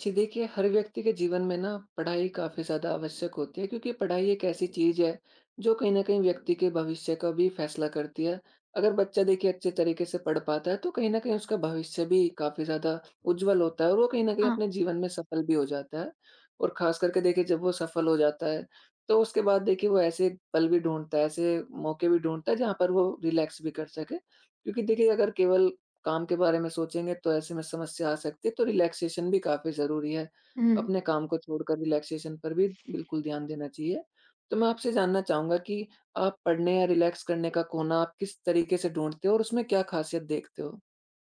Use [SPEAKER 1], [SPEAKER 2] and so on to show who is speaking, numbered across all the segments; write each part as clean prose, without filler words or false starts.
[SPEAKER 1] जी देखिए, हर व्यक्ति के जीवन में ना पढ़ाई काफ़ी ज़्यादा आवश्यक होती है क्योंकि पढ़ाई एक ऐसी चीज़ है जो कहीं न कहीं व्यक्ति के भविष्य का भी फैसला करती है। अगर बच्चा देखिए अच्छे तरीके से पढ़ पाता है तो कहीं न कहीं उसका भविष्य भी काफ़ी ज़्यादा उज्ज्वल होता है और वो कहीं न कहीं
[SPEAKER 2] हाँ,
[SPEAKER 1] अपने जीवन में सफल भी हो जाता है। और ख़ास करके देखिए जब वो सफल हो जाता है तो उसके बाद देखिए वो ऐसे पल भी ढूँढता है, ऐसे मौके भी ढूँढता है जहाँ पर वो रिलैक्स भी कर सके। क्योंकि देखिए अगर केवल काम के बारे में सोचेंगे तो ऐसे में समस्या आ सकती है, तो रिलैक्सेशन भी काफ़ी ज़रूरी है।
[SPEAKER 2] हुँ।
[SPEAKER 1] अपने काम को छोड़कर रिलैक्सेशन पर भी बिल्कुल ध्यान देना चाहिए। तो मैं आपसे जानना चाहूँगा कि आप पढ़ने या रिलैक्स करने का कोना आप किस तरीके से ढूँढते हो और उसमें क्या ख़ासियत देखते हो?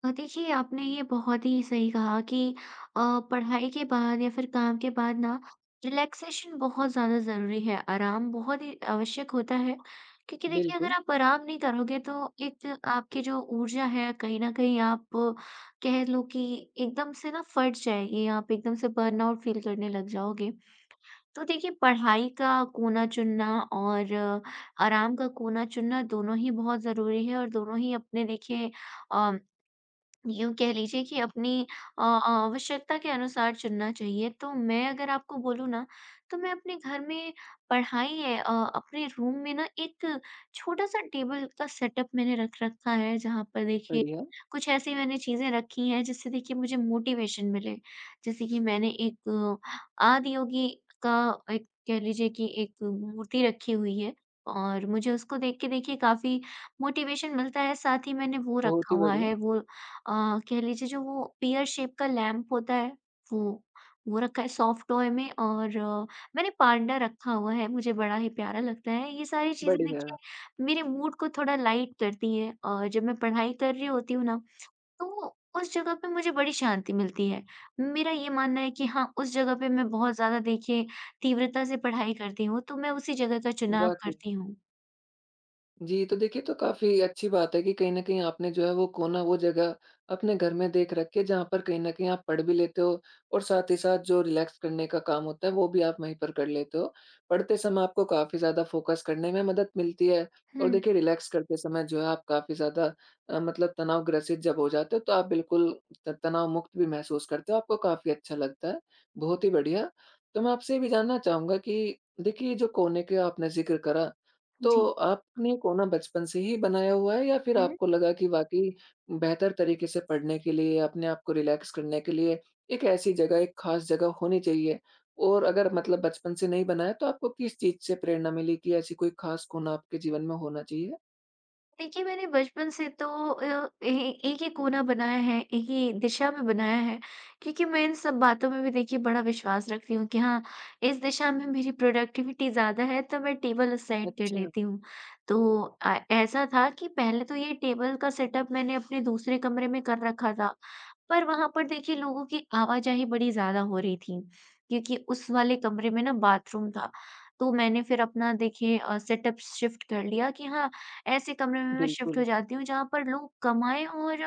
[SPEAKER 2] देखिए आपने ये बहुत ही सही कहा कि अ, पढ़ाई के बाद या फिर काम के बाद ना रिलैक्सेशन बहुत ज़्यादा ज़रूरी है, आराम बहुत ही आवश्यक होता है। क्योंकि देखिए अगर
[SPEAKER 1] बिल्कुल,
[SPEAKER 2] आप आराम नहीं करोगे तो एक आपकी जो ऊर्जा है कहीं न कहीं आप कह लो कि एकदम से ना फट जाएगी, आप एकदम से बर्नआउट फ़ील करने लग जाओगे। तो देखिए पढ़ाई का कोना-चुनना और आराम का कोना-चुनना दोनों ही बहुत ज़रूरी है और दोनों ही अपने देखिए अ यूँ कह लीजिए कि अपनी आवश्यकता के अनुसार चुनना चाहिए। तो मैं अगर आपको बोलूँ ना, तो मैं अपने घर में पढ़ाई है अपने रूम में ना एक छोटा-सा टेबल का सेटअप मैंने रख रखा है, जहाँ पर देखिए
[SPEAKER 1] बढ़िया,
[SPEAKER 2] कुछ ऐसी मैंने चीज़ें रखी हैं जिससे देखिए मुझे मोटिवेशन मिले। जैसे कि मैंने एक आदियोगी का एक कह लीजिए कि एक मूर्ति रखी हुई है और मुझे उसको देख के देखिए काफ़ी मोटिवेशन मिलता है। साथ ही मैंने वो
[SPEAKER 1] बहुत
[SPEAKER 2] रखा
[SPEAKER 1] ही
[SPEAKER 2] हुआ
[SPEAKER 1] बढ़िया,
[SPEAKER 2] है, वो अ, कह लीजिए जो वो पेयर शेप का लैंप होता है वो रखा है सॉफ्ट टॉय में और मैंने पांडा रखा हुआ है, मुझे बड़ा ही प्यारा लगता है। ये सारी चीज़ें
[SPEAKER 1] बढ़िया,
[SPEAKER 2] देखिए मेरे मूड को थोड़ा लाइट करती हैं और जब मैं पढ़ाई कर रही होती हूँ ना, तो उस जगह पे मुझे बड़ी शांति मिलती है। मेरा ये मानना है कि हाँ, उस जगह पे मैं बहुत ज़्यादा देखिए तीव्रता से पढ़ाई करती हूँ, तो मैं उसी जगह का चुनाव
[SPEAKER 1] वाक़ई।
[SPEAKER 2] करती हूँ।
[SPEAKER 1] जी, तो देखिए तो काफ़ी अच्छी बात है कि कहीं न कहीं आपने जो है वो कोना, वो जगह अपने घर में देख रखी है जहाँ पर कहीं न कहीं आप पढ़ भी लेते हो और साथ ही साथ जो रिलैक्स करने का काम होता है वो भी आप वहीं पर कर लेते हो। पढ़ते समय आपको काफ़ी ज़्यादा फ़ोकस करने में मदद मिलती है और
[SPEAKER 2] हुँ,
[SPEAKER 1] देखिए रिलैक्स करते समय जो है आप काफ़ी ज़्यादा मतलब तनाव ग्रसित जब हो जाते हो तो आप बिल्कुल त तनाव मुक्त भी महसूस करते हो, आपको काफ़ी अच्छा लगता है। बहुत ही बढ़िया। तो मैं आपसे ये भी जानना चाहूँगा कि देखिए ये जो कोने का आपने ज़िक्र करा तो
[SPEAKER 2] जी।
[SPEAKER 1] आपने कोना बचपन से ही बनाया हुआ है या फिर आपको लगा कि वाक़ई बेहतर तरीके से पढ़ने के लिए, अपने आप को रिलैक्स करने के लिए एक ऐसी जगह, एक ख़ास जगह होनी चाहिए? और अगर मतलब बचपन से नहीं बनाया तो आपको किस चीज़ से प्रेरणा मिली कि ऐसी कोई ख़ास कोना आपके जीवन में होना चाहिए?
[SPEAKER 2] देखिए, मैंने बचपन से तो अ, ए एक ही कोना बनाया है, एक ही दिशा में बनाया है, क्योंकि मैं इन सब बातों में भी देखिए बड़ा विश्वास रखती हूँ कि हाँ, इस दिशा में मेरी प्रोडक्टिविटी ज़्यादा है तो मैं टेबल असाइड कर
[SPEAKER 1] अच्छा,
[SPEAKER 2] लेती हूँ। तो ऐसा था कि पहले तो ये टेबल का सेटअप मैंने अपने दूसरे कमरे में कर रखा था, पर वहाँ पर देखिए लोगों की आवाजाही बड़ी ज़्यादा हो रही थी, क्योंकि उस वाले कमरे में ना बाथरूम था। तो मैंने फिर अपना देखिए सेटअप शिफ्ट कर लिया कि हाँ, ऐसे कमरे में मैं शिफ्ट हो
[SPEAKER 1] बिल्कुल,
[SPEAKER 2] जाती हूँ जहाँ पर लोग कमाएँ और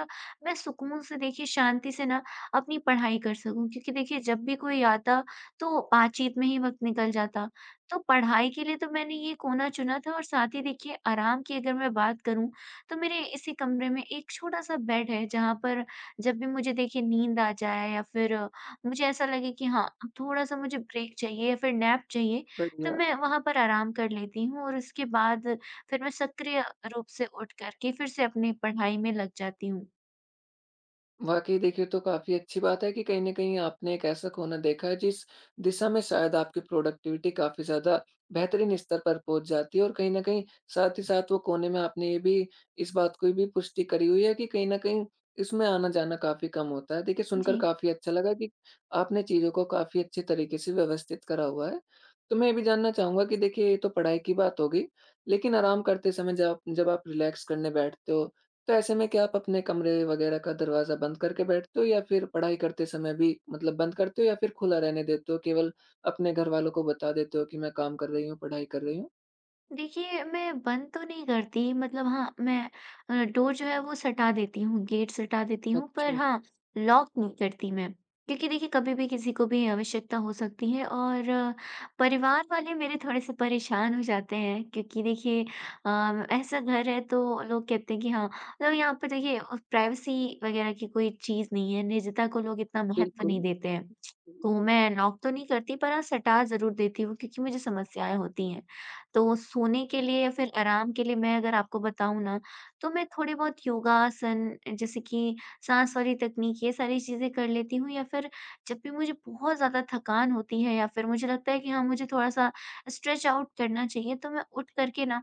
[SPEAKER 2] मैं सुकून से देखिए शांति से ना अपनी पढ़ाई कर सकूँ। क्योंकि देखिए जब भी कोई आता तो बातचीत में ही वक़्त निकल जाता। तो पढ़ाई के लिए तो मैंने ये कोना चुना था और साथ ही देखिए आराम की अगर मैं बात करूँ तो मेरे इसी कमरे में एक छोटा-सा बेड है जहाँ पर जब भी मुझे देखिए नींद आ जाए या फिर मुझे ऐसा लगे कि हाँ, अब थोड़ा-सा मुझे ब्रेक चाहिए या फिर नैप चाहिए तो
[SPEAKER 1] बढ़िया।
[SPEAKER 2] मैं वहाँ पर आराम कर लेती हूँ और उसके बाद फिर मैं सक्रिय रूप से उठ कर के फिर से अपनी पढ़ाई में लग जाती हूँ।
[SPEAKER 1] वाक़ई देखिए, तो काफ़ी अच्छी बात है कि कहीं न कहीं आपने एक ऐसा कोना देखा है जिस दिशा में शायद आपकी प्रोडक्टिविटी काफ़ी ज़्यादा बेहतरीन स्तर पर पहुँच जाती है और कहीं न कहीं साथ ही साथ वो कोने में आपने ये भी इस बात की भी पुष्टि करी हुई है कि कहीं न कहीं इसमें आना-जाना काफ़ी कम होता है। देखिए, सुनकर
[SPEAKER 2] जी।
[SPEAKER 1] काफ़ी अच्छा लगा कि आपने चीज़ों को काफ़ी अच्छे तरीके से व्यवस्थित करा हुआ है। तो मैं ये भी जानना चाहूँगा कि देखिए, ये तो पढ़ाई की बात हो गई, लेकिन आराम करते समय जब आप रिलैक्स करने बैठते हो तो ऐसे में क्या आप अपने कमरे वगैरह का दरवाज़ा बंद करके बैठते हो या फिर पढ़ाई करते समय भी मतलब बंद करते हो या फिर खुला रहने देते हो? केवल अपने घरवालों को बता देते हो कि मैं काम कर रही हूँ, पढ़ाई कर रही हूँ?
[SPEAKER 2] देखिए, मैं बंद तो नहीं करती मतलब हाँ, मैं डोर जो है वो सटा देती हूँ, गेट सटा देती हूँ पर
[SPEAKER 1] अच्छा,
[SPEAKER 2] हाँ, लॉक नहीं करती मैं। क्योंकि देखिए कभी भी किसी को भी आवश्यकता हो सकती है और परिवार वाले मेरे थोड़े से परेशान हो जाते हैं क्योंकि देखिए ऐसा घर है तो लोग कहते हैं कि हाँ, मतलब यहाँ पे देखिए प्राइवेसी वगैरह की कोई चीज़ नहीं है, निजता को लोग इतना महत्व नहीं
[SPEAKER 1] बिल्कुल।
[SPEAKER 2] देते हैं। तो मैं लॉक तो नहीं करती पर हाँ, सटा ज़रूर देती हूँ क्योंकि मुझे समस्याएँ होती हैं। तो सोने के लिए या फिर आराम के लिए मैं अगर आपको बताऊँ ना, तो मैं थोड़े बहुत योगासन जैसे कि साँस वाली तकनीक ये सारी चीज़ें कर लेती हूँ या फिर जब भी मुझे बहुत ज़्यादा थकान होती है या फिर मुझे लगता है कि हाँ, मुझे थोड़ा-सा स्ट्रेच आउट करना चाहिए तो मैं उठ कर के ना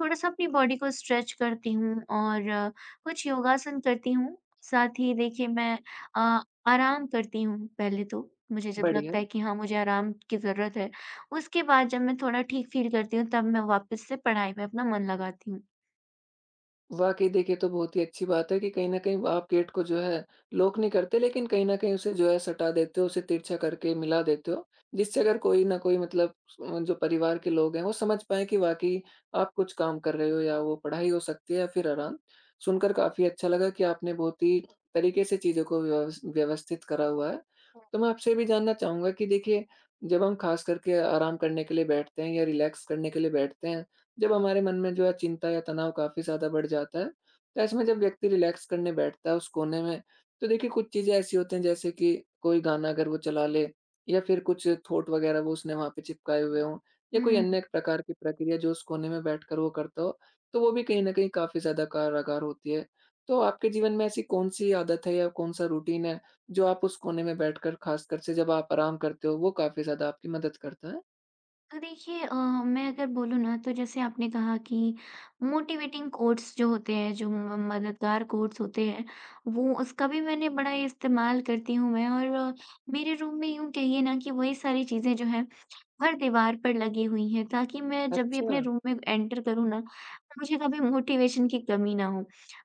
[SPEAKER 2] थोड़ा-सा अपनी बॉडी को स्ट्रेच करती हूँ और कुछ योगासन करती हूँ। साथ ही देखिए मैं अ, आराम करती हूँ पहले तो, मुझे जब लगता
[SPEAKER 1] बढ़िया।
[SPEAKER 2] है कि हाँ, मुझे आराम की ज़रूरत है। उसके बाद जब मैं थोड़ा ठीक फ़ील करती हूँ, तब मैं वापस से पढ़ाई में अपना मन लगाती हूँ।
[SPEAKER 1] वाक़ई देखिए, ये तो बहुत ही अच्छी बात है कि कहीं न कहीं आप गेट को जो है लॉक नहीं करते लेकिन कहीं न कहीं उसे जो है सटा देते हो, उसे तिरछा करके मिला देते हो। जिससे अगर कोई ना कोई मतलब जो परिवार के लोग हैं वो समझ पाएँ कि वाक़ई आप कुछ काम कर रहे हो या वो पढ़ाई हो सकती है या फिर आराम। सुनकर काफ़ी अच्छा लगा कि आपने बहुत ही तरीके से चीज़ों को व्यवस्थित करा हुआ है। तो मैं आपसे ये भी जानना चाहूँगा कि देखिए, जब हम ख़ास करके आराम करने के लिए बैठते हैं या रिलैक्स करने के लिए बैठते हैं जब हमारे मन में जो है चिंता या तनाव काफ़ी ज़्यादा बढ़ जाता है, तो ऐसे में जब व्यक्ति रिलैक्स करने बैठता है उस कोने में, तो देखिए कुछ चीज़ें ऐसी होती हैं जैसे कि कोई गाना अगर वो चला ले या फिर कुछ थॉट वगैरह वो उसने वहाँ पे चिपकाए हुए हों या कोई
[SPEAKER 2] हुँ।
[SPEAKER 1] अन्य प्रकार की प्रक्रिया जो उस कोने में बैठकर वो करता हो, तो वो भी कहीं न कहीं काफ़ी ज़्यादा कारागार होती है। तो आपके जीवन में ऐसी कौन-सी आदत है या कौन-सा रूटीन है, जो आप उस कोने में बैठकर ख़ासकर से जब आप आराम करते हो, वो काफ़ी ज़्यादा आपकी मदद करता है?
[SPEAKER 2] तो देखिए मैं अगर बोलूँ ना तो जैसे आपने कहा कि मोटिवेटिंग कोट्स जो होते हैं, जो म मददगार कोट्स होते हैं, वो उसका भी मैंने बड़ा इस्तेमाल करती हूँ मैं और अ, मेरे रूम में यूँ कहिए ना कि वही सारी चीज़ें जो हैं हर दीवार पर लगी हुई हैं ताकि मैं जब भी
[SPEAKER 1] अच्छा,
[SPEAKER 2] अपने रूम में एंटर करूँ ना, मुझे कभी मोटिवेशन की कमी ना हो।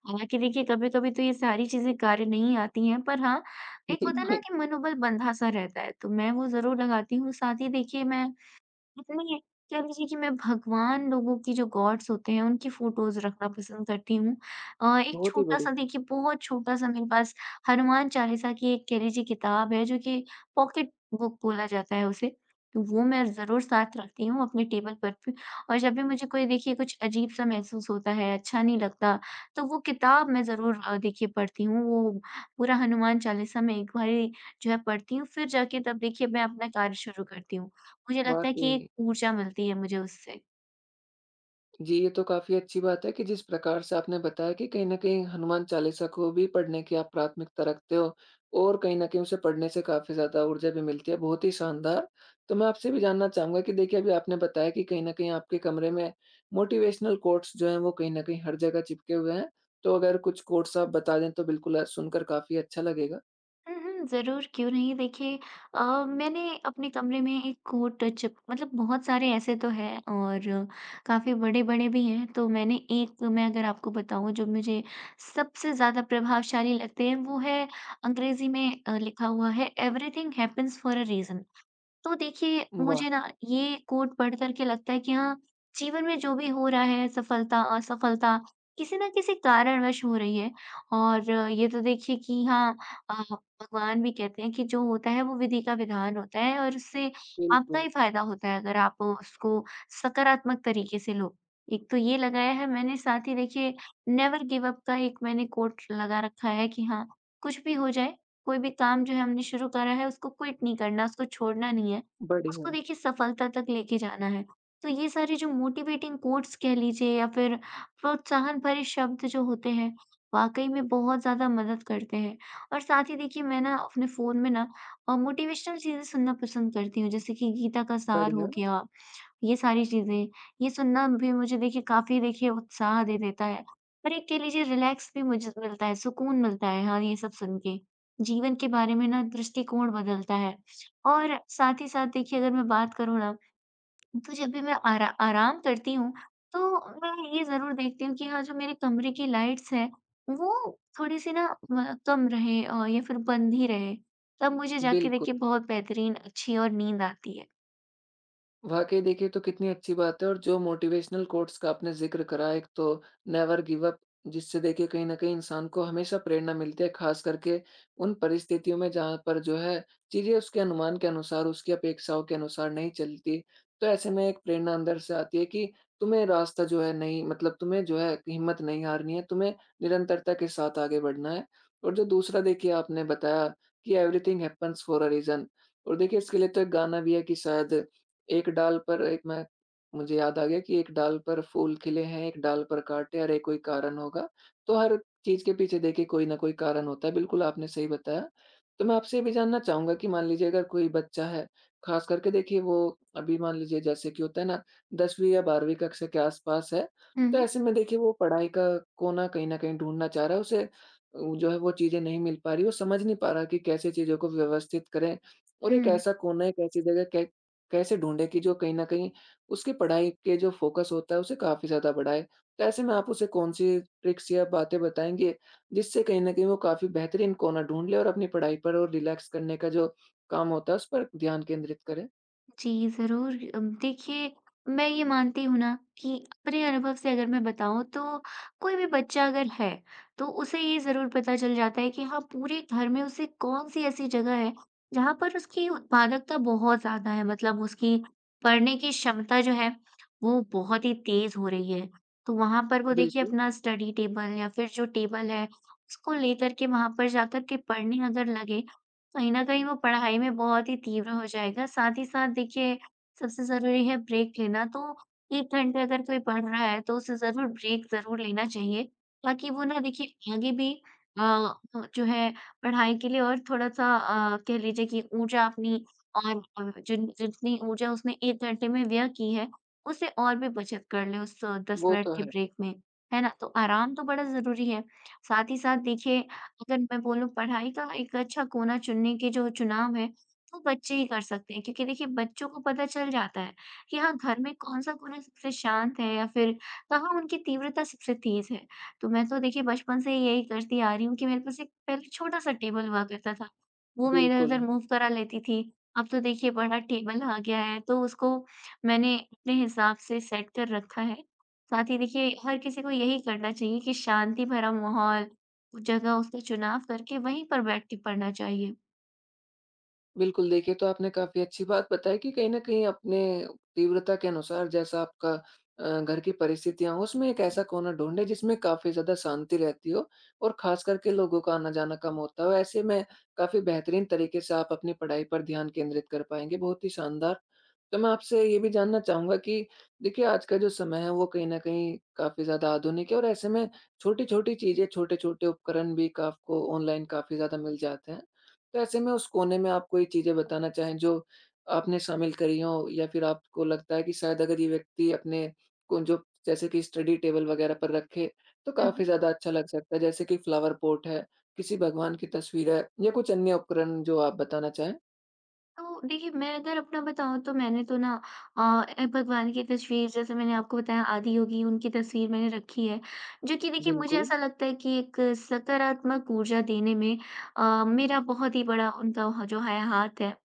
[SPEAKER 2] हालाँकि देखिए कभी-कभी तो ये सारी चीज़ें कार्य नहीं आती हैं पर हाँ, एक होता है ना
[SPEAKER 1] बिल्कुल,
[SPEAKER 2] कि मनोबल बँधा सा रहता है, तो मैं वो ज़रूर लगाती हूँ। साथ ही देखिए मैं मतलब ये कह लीजिए कि मैं भगवान लोगों की जो गॉड्स होते हैं, उनकी फ़ोटोज़ रखना पसंद करती हूँ। एक
[SPEAKER 1] बहुत ही बढ़िया।
[SPEAKER 2] छोटा-सा देखिए बहुत छोटा-सा मेरे पास हनुमान चालीसा की एक कह लीजिए किताब है, जो कि पॉकेट बुक बोला जाता है उसे। तो वो मैं ज़रूर साथ रखती हूँ अपने टेबल पर भी और जब भी मुझे कोई देखिए कुछ अजीब-सा महसूस होता है, अच्छा नहीं लगता, तो वो किताब मैं ज़रूर देखिए पढ़ती हूँ। वो पूरा हनुमान चालीसा मैं एक बारी जो है पढ़ती हूँ, फिर जाके तब देखिए मैं अपना कार्य शुरू करती हूँ। मुझे लगता है कि
[SPEAKER 1] वाक़ई।
[SPEAKER 2] एक ऊर्जा मिलती है मुझे उससे।
[SPEAKER 1] जी, ये तो काफ़ी अच्छी बात है कि जिस प्रकार से आपने बताया कि कहीं न कहीं हनुमान चालीसा को भी पढ़ने की आप प्राथमिकता रखते हो और कहीं न कहीं उसे पढ़ने से काफ़ी ज़्यादा ऊर्जा भी मिलती है, बहुत ही शानदार। तो मैं आपसे भी जानना चाहूँगा कि देखिए अभी आपने बताया कि कहीं न कहीं आपके कमरे में मोटिवेशनल कोट्स जो हैं वो कहीं न कहीं हर जगह चिपके हुए हैं। तो अगर कुछ कोट्स आप बता दें तो बिल्कुल सुनकर काफ़ी अच्छा लगेगा।
[SPEAKER 2] हुँ, हुँ, ज़रूर क्यों नहीं देखिए अ, मैंने अपने कमरे में एक कोट चिप मतलब बहुत सारे ऐसे तो हैं और काफ़ी बड़े-बड़े भी हैं। तो मैंने एक मैं अगर आपको बताऊँ जो मुझे सबसे ज़्यादा प्रभावशाली लगते हैं वो है अंग्रेज़ी में लिखा हुआ है everything happens for a reason. तो देखिए,
[SPEAKER 1] वाह!
[SPEAKER 2] मुझे ना ये कोट पढ़ कर के लगता है कि हाँ, जीवन में जो भी हो रहा है, सफलता, असफलता, किसी न किसी कारणवश हो रही है। और ये तो देखिए कि हाँ भगवान भी कहते हैं कि जो होता है, वो विधि का विधान होता है और उससे आपका
[SPEAKER 1] बिल्कुल,
[SPEAKER 2] ही फायदा होता है, अगर आप उसको सकारात्मक तरीके से लो। एक तो ये लगाया है मैंने, साथ ही देखिए, नेवर गिव अप का एक मैंने कोट लगा रखा है कि हाँ, कुछ भी हो जाए, कोई भी काम जो है हमने शुरू करा है उसको क्विट नहीं करना, उसको छोड़ना नहीं है। उसको
[SPEAKER 1] बढ़िया,
[SPEAKER 2] देखिए सफलता तक लेके जाना है। तो ये सारे जो मोटिवेटिंग कोट्स कह लीजिए या फिर प्रोत्साहन भरे शब्द जो होते हैं, वाक़ई में बहुत ज़्यादा मदद करते हैं। और साथ ही देखिए मैं ना अपने फ़ोन में ना मोटिवेशनल चीज़ें सुनना पसंद करती हूँ जैसे कि गीता का सार हो
[SPEAKER 1] बढ़िया,
[SPEAKER 2] गया, ये सारी चीज़ें। ये सुनना भी मुझे देखिए काफ़ी देखिए उत्साह दे देता है। और एक कह लीजिए रिलैक्स भी मुझे मिलता है, सुकून मिलता है हाँ, ये सब सुन के। जीवन के बारे में ना दृष्टिकोण बदलता है और साथ ही साथ देखिए अगर मैं बात करूँ ना तो जब भी मैं आराम करती हूँ तो मैं ये ज़रूर देखती हूँ कि हाँ, जो मेरे कमरे की लाइट्स हैं वो थोड़ी-सी ना म कम रहे या फिर बंद ही रहे। तब मुझे जाके देखिए
[SPEAKER 1] बिल्कुल।
[SPEAKER 2] बहुत बेहतरीन अच्छी और नींद आती है।
[SPEAKER 1] वाक़ई देखिए, तो कितनी अच्छी बात है और जो मोटिवेशनल कोट्स का आपने ज़िक्र करा, एक तो नेवर गिव अप जिससे देखिए कहीं न कहीं इंसान को हमेशा प्रेरणा मिलती है, ख़ास करके उन परिस्थितियों में जहाँ पर जो है चीज़ें उसके अनुमान के अनुसार, उसकी अपेक्षाओं के अनुसार नहीं चलती। तो ऐसे में एक प्रेरणा अंदर से आती है कि तुम्हें रास्ता जो है नहीं मतलब तुम्हें जो है हिम्मत नहीं हारनी है, तुम्हें निरंतरता के साथ आगे बढ़ना है। और जो दूसरा देखिए आपने बताया कि everything happens for a reason और देखिए इसके लिए तो एक गाना भी है कि शायद एक डाल पर एक मैं मुझे याद आ गया कि एक डाल पर फूल खिले हैं, एक डाल पर काँटे, अरे कोई कारण होगा। तो हर चीज़ के पीछे देखिए कोई न कोई कारण होता है, बिल्कुल आपने सही बताया। तो मैं आपसे ये भी जानना चाहूँगा कि मान लीजिए अगर कोई बच्चा है, ख़ास करके देखिए वो अभी मान लीजिए जैसे कि होता है ना 10वीं या 12वीं कक्षा के आस-पास है,
[SPEAKER 2] हुँ,
[SPEAKER 1] तो
[SPEAKER 2] हुँ।
[SPEAKER 1] ऐसे में देखिए वो पढ़ाई का कोना कहीं न कहीं ढूँढना चाह रहा है, उसे उ जो है वो चीज़ें नहीं मिल पा रही, वो समझ नहीं पा रहा कि कैसे चीज़ों को व्यवस्थित करें और एक
[SPEAKER 2] हुँ।
[SPEAKER 1] ऐसा कोना, एक ऐसी जगह कै कैसे ढूँढे कि जो कहीं न कहीं उसकी पढ़ाई के जो फ़ोकस होता है उसे काफ़ी ज़्यादा बढ़ाए? तो ऐसे में आप उसे कौन-सी ट्रिक्स या बातें बताएँगे जिससे कहीं न कहीं वो काफ़ी बेहतरीन कोना ढूँढ ले और अपनी पढ़ाई पर और रिलैक्स करने का जो काम होता है उस पर ध्यान केंद्रित करे?
[SPEAKER 2] जी, ज़रूर। देखिए, मैं ये मानती हूँ ना कि अपने अनुभव से अगर मैं बताऊँ तो कोई भी बच्चा अगर है, तो उसे ये ज़रूर पता चल जाता है कि हाँ, पूरे घर में उसे कौन-सी ऐसी जगह है, जहाँ पर उसकी उत्पादकता बहुत ज़्यादा है। मतलब उसकी पढ़ने की क्षमता जो है, वो बहुत ही तेज़ हो रही है। तो वहाँ पर वो देखिए
[SPEAKER 1] बिल्कुल,
[SPEAKER 2] अपना स्टडी टेबल या फिर जो टेबल है, उसको लेकर के वहाँ पर जाकर के पढ़ने अगर लगे, कहीं न कहीं वो पढ़ाई में बहुत ही तीव्र हो जाएगा, साथ ही साथ देखिए सबसे ज़रूरी है ब्रेक लेना, तो 1 घंटे अगर कोई पढ़ रहा है तो उसे ज़रूर ब्रेक ज़रूर लेना चाहिए, ताकि वो ना देखिए आगे भी अ, जो है पढ़ाई के लिए और थोड़ा-सा कह लीजिए कि ऊर्जा अपनी और जिन जितनी ऊर्जा उसने 1 घंटे में व्यय की है, उसे और भी बचत कर ले उस 10
[SPEAKER 1] वो
[SPEAKER 2] मिनट
[SPEAKER 1] तो
[SPEAKER 2] के
[SPEAKER 1] है।
[SPEAKER 2] ब्रेक में, है ना? तो आराम तो बड़ा ज़रूरी है, साथ ही साथ देखिए अगर मैं बोलूँ पढ़ाई का एक अच्छा कोना चुनने के जो चुनाव है, वो बच्चे ही कर सकते हैं क्योंकि देखिए बच्चों को पता चल जाता है कि हाँ, घर में कौन-सा कोना सबसे शांत है या फिर कहाँ उनकी तीव्रता सबसे तेज़ है। तो मैं तो देखिए बचपन से ही यही करती आ रही हूँ कि मेरे पास एक पहले छोटा-सा टेबल हुआ करता था, वो मैं
[SPEAKER 1] बिल्कुल।
[SPEAKER 2] इधर-उधर मूव करा लेती थी। अब तो देखिए बड़ा टेबल आ गया है तो उसको मैंने अपने हिसाब से सेट कर रखा है। साथ ही देखिए हर किसी को यही करना चाहिए कि शांति भरा माहौल जगह उसका चुनाव करके वहीं पर बैठ के पढ़ना चाहिए।
[SPEAKER 1] बिल्कुल, देखिए तो आपने काफ़ी अच्छी बात बताई कि कहीं न कहीं अपने तीव्रता के अनुसार जैसा आपका घर की परिस्थितियाँ हों उसमें एक ऐसा कोना ढूँढे जिसमें काफ़ी ज़्यादा शांति रहती हो और ख़ास करके लोगों का आना-जाना कम होता हो। ऐसे में काफ़ी बेहतरीन तरीके से आप अपनी पढ़ाई पर ध्यान केंद्रित कर पाएँगे, बहुत ही शानदार। तो मैं आपसे ये भी जानना चाहूँगा कि देखिए आज का जो समय है वो कहीं न कहीं काफ़ी ज़्यादा आधुनिक है और ऐसे में छोटी-छोटी चीज़ें, छोटे-छोटे उपकरण भी क आपको ऑनलाइन काफ़ी ज़्यादा मिल जाते हैं। तो ऐसे में उस कोने में आप कोई चीज़ें बताना चाहें जो आपने शामिल करी हों या फिर आपको लगता है कि शायद अगर ये व्यक्ति अपने को जो जैसे कि स्टडी टेबल वगैरह पर रखे तो
[SPEAKER 2] हुँ,
[SPEAKER 1] काफ़ी
[SPEAKER 2] हुँ।
[SPEAKER 1] ज़्यादा अच्छा लग सकता है। जैसे कि फ्लावर पॉट है, किसी भगवान की तस्वीर है या कुछ अन्य उपकरण जो आप बताना चाहें?
[SPEAKER 2] तो देखिए, मैं अगर अपना बताऊँ तो मैंने तो ना अ, ए भगवान की तस्वीर जैसे मैंने आपको बताया आदियोगी उनकी तस्वीर मैंने रखी है, जो कि देखिए मुझे
[SPEAKER 1] बिल्कुल,
[SPEAKER 2] ऐसा लगता है कि एक सकारात्मक ऊर्जा देने में मेरा बहुत ही बड़ा उनका ह जो है हाथ है।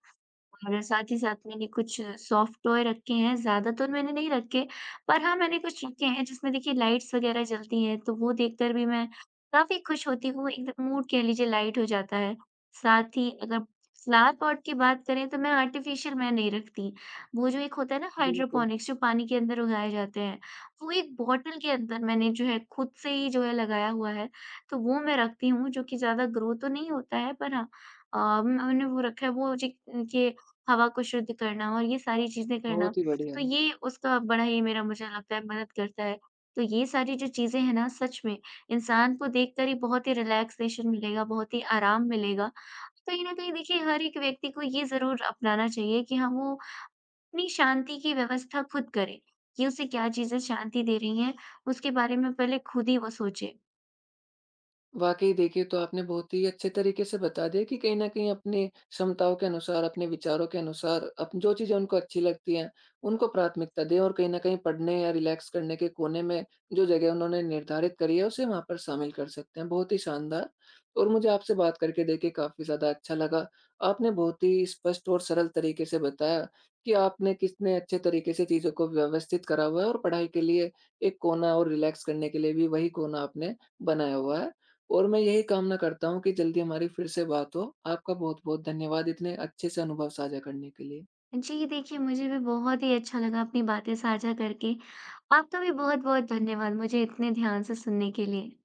[SPEAKER 2] और साथ ही साथ मैंने कुछ सॉफ्ट टॉय रखे हैं, ज़्यादातर मैंने नहीं रखे, पर हाँ, मैंने कुछ रखे हैं जिसमें देखिए लाइट्स वगैरह जलती हैं, तो वो देखकर भी मैं काफ़ी खुश होती हूँ, एकदम मूड कह लीजिए लाइट हो जाता है। साथ ही अगर फ्लावर पॉट की बात करें तो मैं आर्टिफ़िशियल मैं नहीं रखती, वो जो एक होता है ना
[SPEAKER 1] बिल्कुल।
[SPEAKER 2] हाइड्रोपोनिक्स जो पानी के अंदर उगाए जाते हैं, वो एक बॉटल के अंदर मैंने जो है खुद से ही जो है लगाया हुआ है, तो वो मैं रखती हूँ जो कि ज़्यादा ग्रो तो नहीं होता है पर हाँ मैंने वो रखा है वो जी के हवा को शुद्ध करना और ये सारी चीज़ें करना,
[SPEAKER 1] बहुत ही बढ़िया।
[SPEAKER 2] तो ये उसका बड़ा ही मेरा मुझे लगता है मदद करता है। तो ये सारी जो चीज़ें हैं ना सच में इंसान को देखकर ही बहुत ही रिलैक्सेशन मिलेगा, बहुत ही आराम मिलेगा। तो कहीं न कहीं देखिए हर एक व्यक्ति को ये ज़रूर अपनाना चाहिए कि हाँ, वो अपनी शांति की व्यवस्था खुद करे, कि उसे क्या चीज़ें शांति दे रही हैं, उसके बारे में पहले खुद ही वो सोचे।
[SPEAKER 1] वाक़ई देखिए, तो आपने बहुत ही अच्छे तरीके से बता दिया कि कहीं न कहीं अपनी क्षमताओं के अनुसार, अपने विचारों के अनुसार अप जो चीज़ें उनको अच्छी लगती हैं, उनको प्राथमिकता दें और कहीं न कहीं पढ़ने या रिलैक्स करने के कोने में जो जगह उन्होंने निर्धारित करी है, उसे वहाँ पर शामिल कर सकते हैं। बहुत ही शानदार और मुझे आपसे बात करके देखिए काफ़ी ज़्यादा अच्छा लगा। आपने बहुत ही स्पष्ट और सरल तरीके से बताया कि आपने कितने अच्छे तरीके से चीज़ों को व्यवस्थित करा हुआ है और पढ़ाई के लिए एक कोना और रिलैक्स करने के लिए भी वही कोना आपने बनाया हुआ है। और मैं यही कामना करता हूँ कि जल्दी हमारी फिर से बात हो। आपका बहुत-बहुत धन्यवाद इतने अच्छे से अनुभव साझा करने के लिए।
[SPEAKER 2] जी, देखिए मुझे भी बहुत ही अच्छा लगा अपनी बातें साझा करके। आपका भी बहुत-बहुत धन्यवाद मुझे इतने ध्यान से सुनने के लिए।